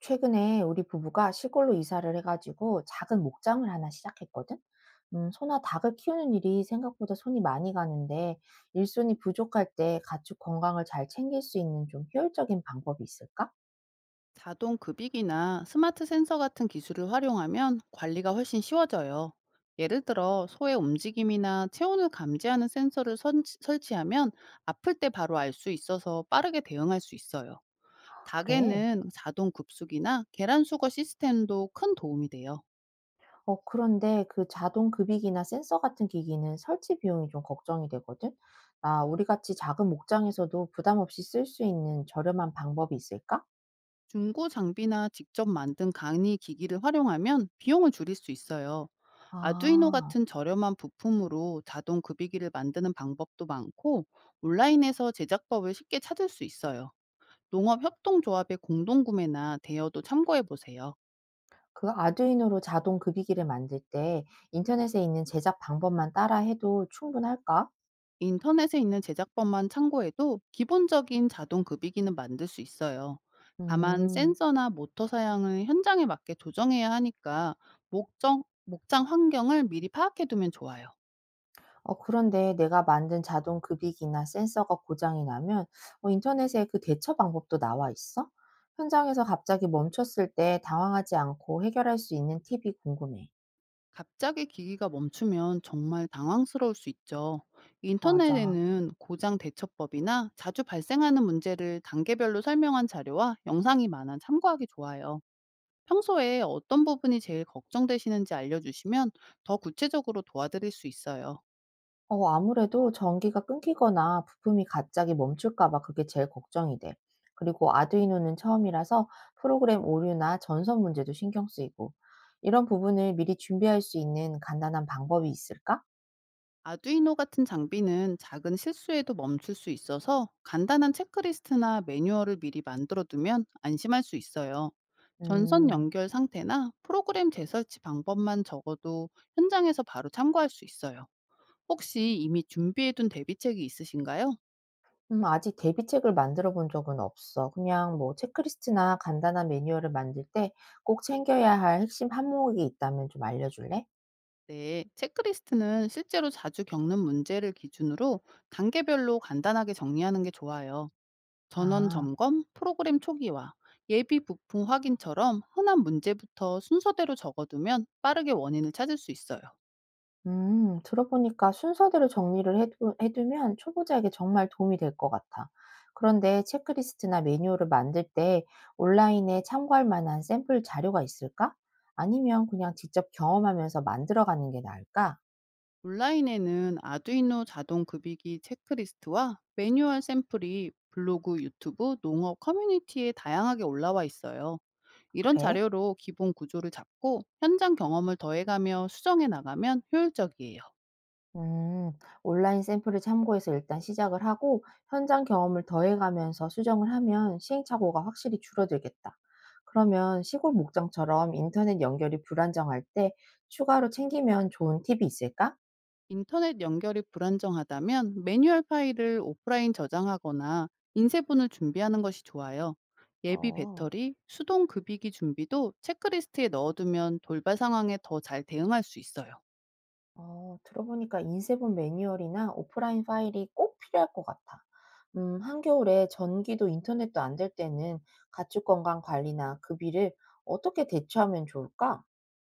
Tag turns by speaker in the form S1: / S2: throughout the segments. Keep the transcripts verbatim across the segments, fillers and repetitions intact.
S1: 최근에 우리 부부가 시골로 이사를 해가지고 작은 목장을 하나 시작했거든? 음, 소나 닭을 키우는 일이 생각보다 손이 많이 가는데, 일손이 부족할 때 가축 건강을 잘 챙길 수 있는 좀 효율적인 방법이 있을까?
S2: 자동 급이기나 스마트 센서 같은 기술을 활용하면 관리가 훨씬 쉬워져요. 예를 들어 소의 움직임이나 체온을 감지하는 센서를 선- 설치하면 아플 때 바로 알 수 있어서 빠르게 대응할 수 있어요.
S1: 그래.
S2: 닭에는 자동 급수기나 계란 수거 시스템도 큰 도움이 돼요.
S1: 어, 그런데 그 자동 급이기나 센서 같은 기기는 설치 비용이 좀 걱정이 되거든? 나 우리 같이 작은 목장에서도 부담 없이 쓸 수 있는 저렴한 방법이 있을까?
S2: 중고 장비나 직접 만든 강의 기기를 활용하면 비용을 줄일 수 있어요. 아두이노
S1: 아.
S2: 같은 저렴한 부품으로 자동 급이기를 만드는 방법도 많고 온라인에서 제작법을 쉽게 찾을 수 있어요. 농업 협동조합의 공동구매나 대여도 참고해 보세요.
S1: 그 아두이노로 자동 급이기를 만들 때 인터넷에 있는 제작 방법만 따라 해도 충분할까?
S2: 인터넷에 있는 제작법만 참고해도 기본적인 자동 급이기는 만들 수 있어요. 다만
S1: 음.
S2: 센서나 모터 사양을 현장에 맞게 조정해야 하니까 목적, 목장 환경을 미리 파악해 두면 좋아요.
S1: 어, 그런데 내가 만든 자동 급이기나 센서가 고장이 나면 어, 인터넷에 그 대처 방법도 나와 있어? 현장에서 갑자기 멈췄을 때 당황하지 않고 해결할 수 있는 팁이 궁금해.
S2: 갑자기 기기가 멈추면 정말 당황스러울 수 있죠.
S1: 맞아.
S2: 인터넷에는 고장 대처법이나 자주 발생하는 문제를 단계별로 설명한 자료와 영상이 많아 참고하기 좋아요. 평소에 어떤 부분이 제일 걱정되시는지 알려주시면 더 구체적으로 도와드릴 수 있어요.
S1: 어, 아무래도 전기가 끊기거나 부품이 갑자기 멈출까 봐 그게 제일 걱정이 돼. 그리고 아두이노는 처음이라서 프로그램 오류나 전선 문제도 신경 쓰이고. 이런 부분을 미리 준비할 수 있는 간단한 방법이 있을까?
S2: 아두이노 같은 장비는 작은 실수에도 멈출 수 있어서 간단한 체크리스트나 매뉴얼을 미리 만들어 두면 안심할 수 있어요. 전선
S1: 음.
S2: 연결 상태나 프로그램 재설치 방법만 적어도 현장에서 바로 참고할 수 있어요. 혹시 이미 준비해 둔 대비책이 있으신가요?
S1: 음, 아직 대비책을 만들어 본 적은 없어. 그냥 뭐 체크리스트나 간단한 매뉴얼을 만들 때 꼭 챙겨야 할 핵심 항목이 있다면 좀 알려 줄래?
S2: 네, 체크리스트는 실제로 자주 겪는 문제를 기준으로 단계별로 간단하게 정리하는 게 좋아요. 전원
S1: 아.
S2: 점검, 프로그램 초기화, 예비 부품 확인처럼 흔한 문제부터 순서대로 적어두면 빠르게 원인을 찾을 수 있어요.
S1: 음, 들어보니까 순서대로 정리를 해두, 해두면 초보자에게 정말 도움이 될 것 같아. 그런데 체크리스트나 매뉴얼을 만들 때 온라인에 참고할 만한 샘플 자료가 있을까? 아니면 그냥 직접 경험하면서 만들어가는 게 나을까?
S2: 온라인에는 아두이노 자동 급이기 체크리스트와 매뉴얼 샘플이 블로그, 유튜브, 농업 커뮤니티에 다양하게 올라와 있어요. 이런
S1: 그래?
S2: 자료로 기본 구조를 잡고 현장 경험을 더해가며 수정해 나가면 효율적이에요.
S1: 음, 온라인 샘플을 참고해서 일단 시작을 하고 현장 경험을 더해가면서 수정을 하면 시행착오가 확실히 줄어들겠다. 그러면 시골 목장처럼 인터넷 연결이 불안정할 때 추가로 챙기면 좋은 팁이 있을까?
S2: 인터넷 연결이 불안정하다면 매뉴얼 파일을 오프라인 저장하거나 인쇄본을 준비하는 것이 좋아요. 예비
S1: 어,
S2: 배터리, 수동 급이기 준비도 체크리스트에 넣어두면 돌발 상황에 더 잘 대응할 수 있어요.
S1: 어, 들어보니까 인쇄본 매뉴얼이나 오프라인 파일이 꼭 필요할 것 같아. 음, 한겨울에 전기도 인터넷도 안 될 때는 가축 건강 관리나 급비를 어떻게 대처하면 좋을까?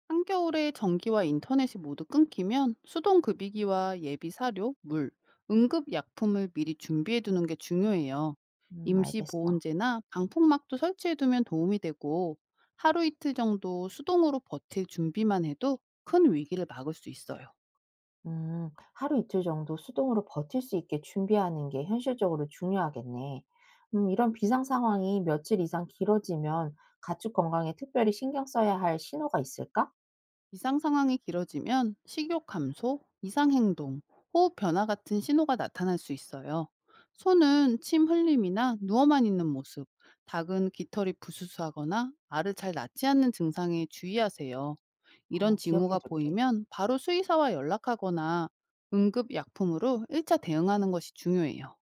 S2: 한겨울에 전기와 인터넷이 모두 끊기면 수동 급이기와 예비 사료, 물, 응급 약품을 미리 준비해 두는 게 중요해요.
S1: 음,
S2: 임시
S1: 알겠어.
S2: 보온재나 방풍막도 설치해 두면 도움이 되고 하루 이틀 정도 수동으로 버틸 준비만 해도 큰 위기를 막을 수 있어요.
S1: 음, 하루 이틀 정도 수동으로 버틸 수 있게 준비하는 게 현실적으로 중요하겠네. 음, 이런 비상 상황이 며칠 이상 길어지면 가축 건강에 특별히 신경 써야 할 신호가 있을까?
S2: 이상 상황이 길어지면 식욕 감소, 이상 행동, 호흡 변화 같은 신호가 나타날 수 있어요. 소는 침 흘림이나 누워만 있는 모습, 닭은 깃털이 부스스하거나 알을 잘 낳지 않는 증상에 주의하세요. 이런
S1: 어, 기억해
S2: 징후가
S1: 둘게.
S2: 보이면 바로 수의사와 연락하거나 응급 약품으로 일 차 대응하는 것이 중요해요.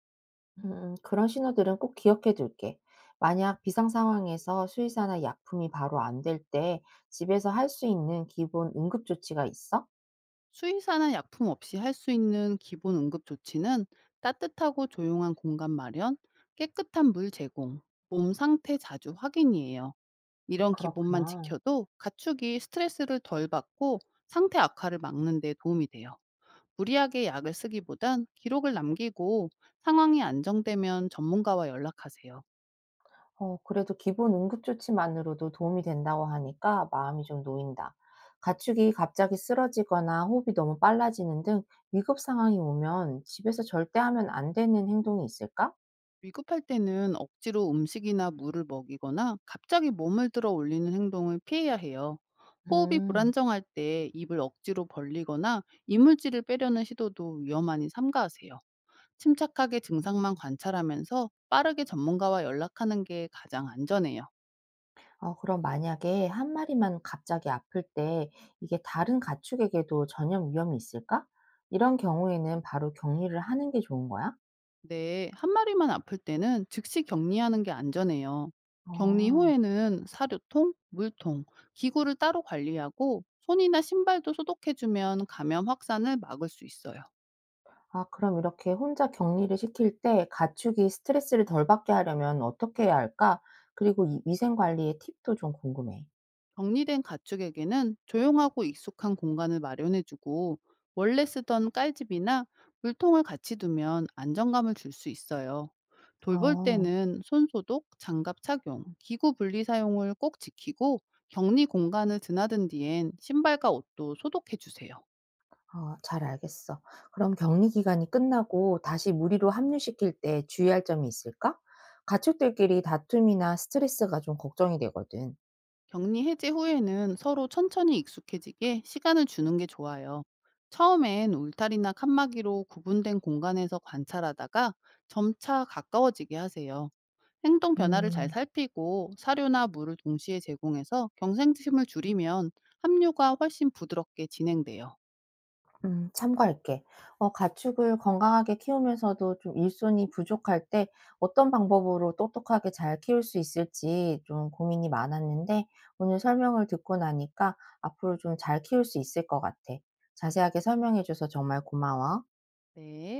S1: 음, 그런 신호들은 꼭 기억해 둘게. 만약 비상 상황에서 수의사나 약품이 바로 안 될 때 집에서 할 수 있는 기본 응급 조치가 있어?
S2: 수의사나 약품 없이 할 수 있는 기본 응급 조치는 따뜻하고 조용한 공간 마련, 깨끗한 물 제공, 몸 상태 자주 확인이에요. 이런 기본만
S1: 그렇구나.
S2: 지켜도 가축이 스트레스를 덜 받고 상태 악화를 막는 데 도움이 돼요. 무리하게 약을 쓰기보단 기록을 남기고 상황이 안정되면 전문가와 연락하세요.
S1: 어, 그래도 기본 응급조치만으로도 도움이 된다고 하니까 마음이 좀 놓인다. 가축이 갑자기 쓰러지거나 호흡이 너무 빨라지는 등 위급 상황이 오면 집에서 절대 하면 안 되는 행동이 있을까?
S2: 위급할 때는 억지로 음식이나 물을 먹이거나 갑자기 몸을 들어 올리는 행동을 피해야 해요. 호흡이
S1: 음,
S2: 불안정할 때 입을 억지로 벌리거나 이물질을 빼려는 시도도 위험하니 삼가하세요. 침착하게 증상만 관찰하면서 빠르게 전문가와 연락하는 게 가장 안전해요.
S1: 어, 그럼 만약에 한 마리만 갑자기 아플 때 이게 다른 가축에게도 전염 위험이 있을까? 이런 경우에는 바로 격리를 하는 게 좋은 거야?
S2: 네, 한 마리만 아플 때는 즉시 격리하는 게 안전해요. 격리
S1: 어.
S2: 후에는 사료통, 물통, 기구를 따로 관리하고 손이나 신발도 소독해주면 감염 확산을 막을 수 있어요.
S1: 아, 그럼 이렇게 혼자 격리를 시킬 때 가축이 스트레스를 덜 받게 하려면 어떻게 해야 할까? 그리고 이 위생 관리의 팁도 좀 궁금해.
S2: 정리된 가축에게는 조용하고 익숙한 공간을 마련해주고 원래 쓰던 깔집이나 물통을 같이 두면 안정감을 줄 수 있어요. 돌볼
S1: 어.
S2: 때는 손소독, 장갑 착용, 기구 분리 사용을 꼭 지키고 격리 공간을 드나든 뒤엔 신발과 옷도 소독해주세요.
S1: 어, 잘 알겠어. 그럼 격리 기간이 끝나고 다시 무리로 합류시킬 때 주의할 점이 있을까? 가축들끼리 다툼이나 스트레스가 좀 걱정이 되거든.
S2: 격리 해제 후에는 서로 천천히 익숙해지게 시간을 주는 게 좋아요. 처음엔 울타리나 칸막이로 구분된 공간에서 관찰하다가 점차 가까워지게 하세요. 행동 변화를 잘
S1: 음.
S2: 살피고 사료나 물을 동시에 제공해서 경생심을 줄이면 합류가 훨씬 부드럽게 진행돼요.
S1: 음, 참고할게. 어, 가축을 건강하게 키우면서도 좀 일손이 부족할 때 어떤 방법으로 똑똑하게 잘 키울 수 있을지 좀 고민이 많았는데 오늘 설명을 듣고 나니까 앞으로 좀 잘 키울 수 있을 것 같아. 자세하게 설명해 줘서 정말 고마워.
S2: 네.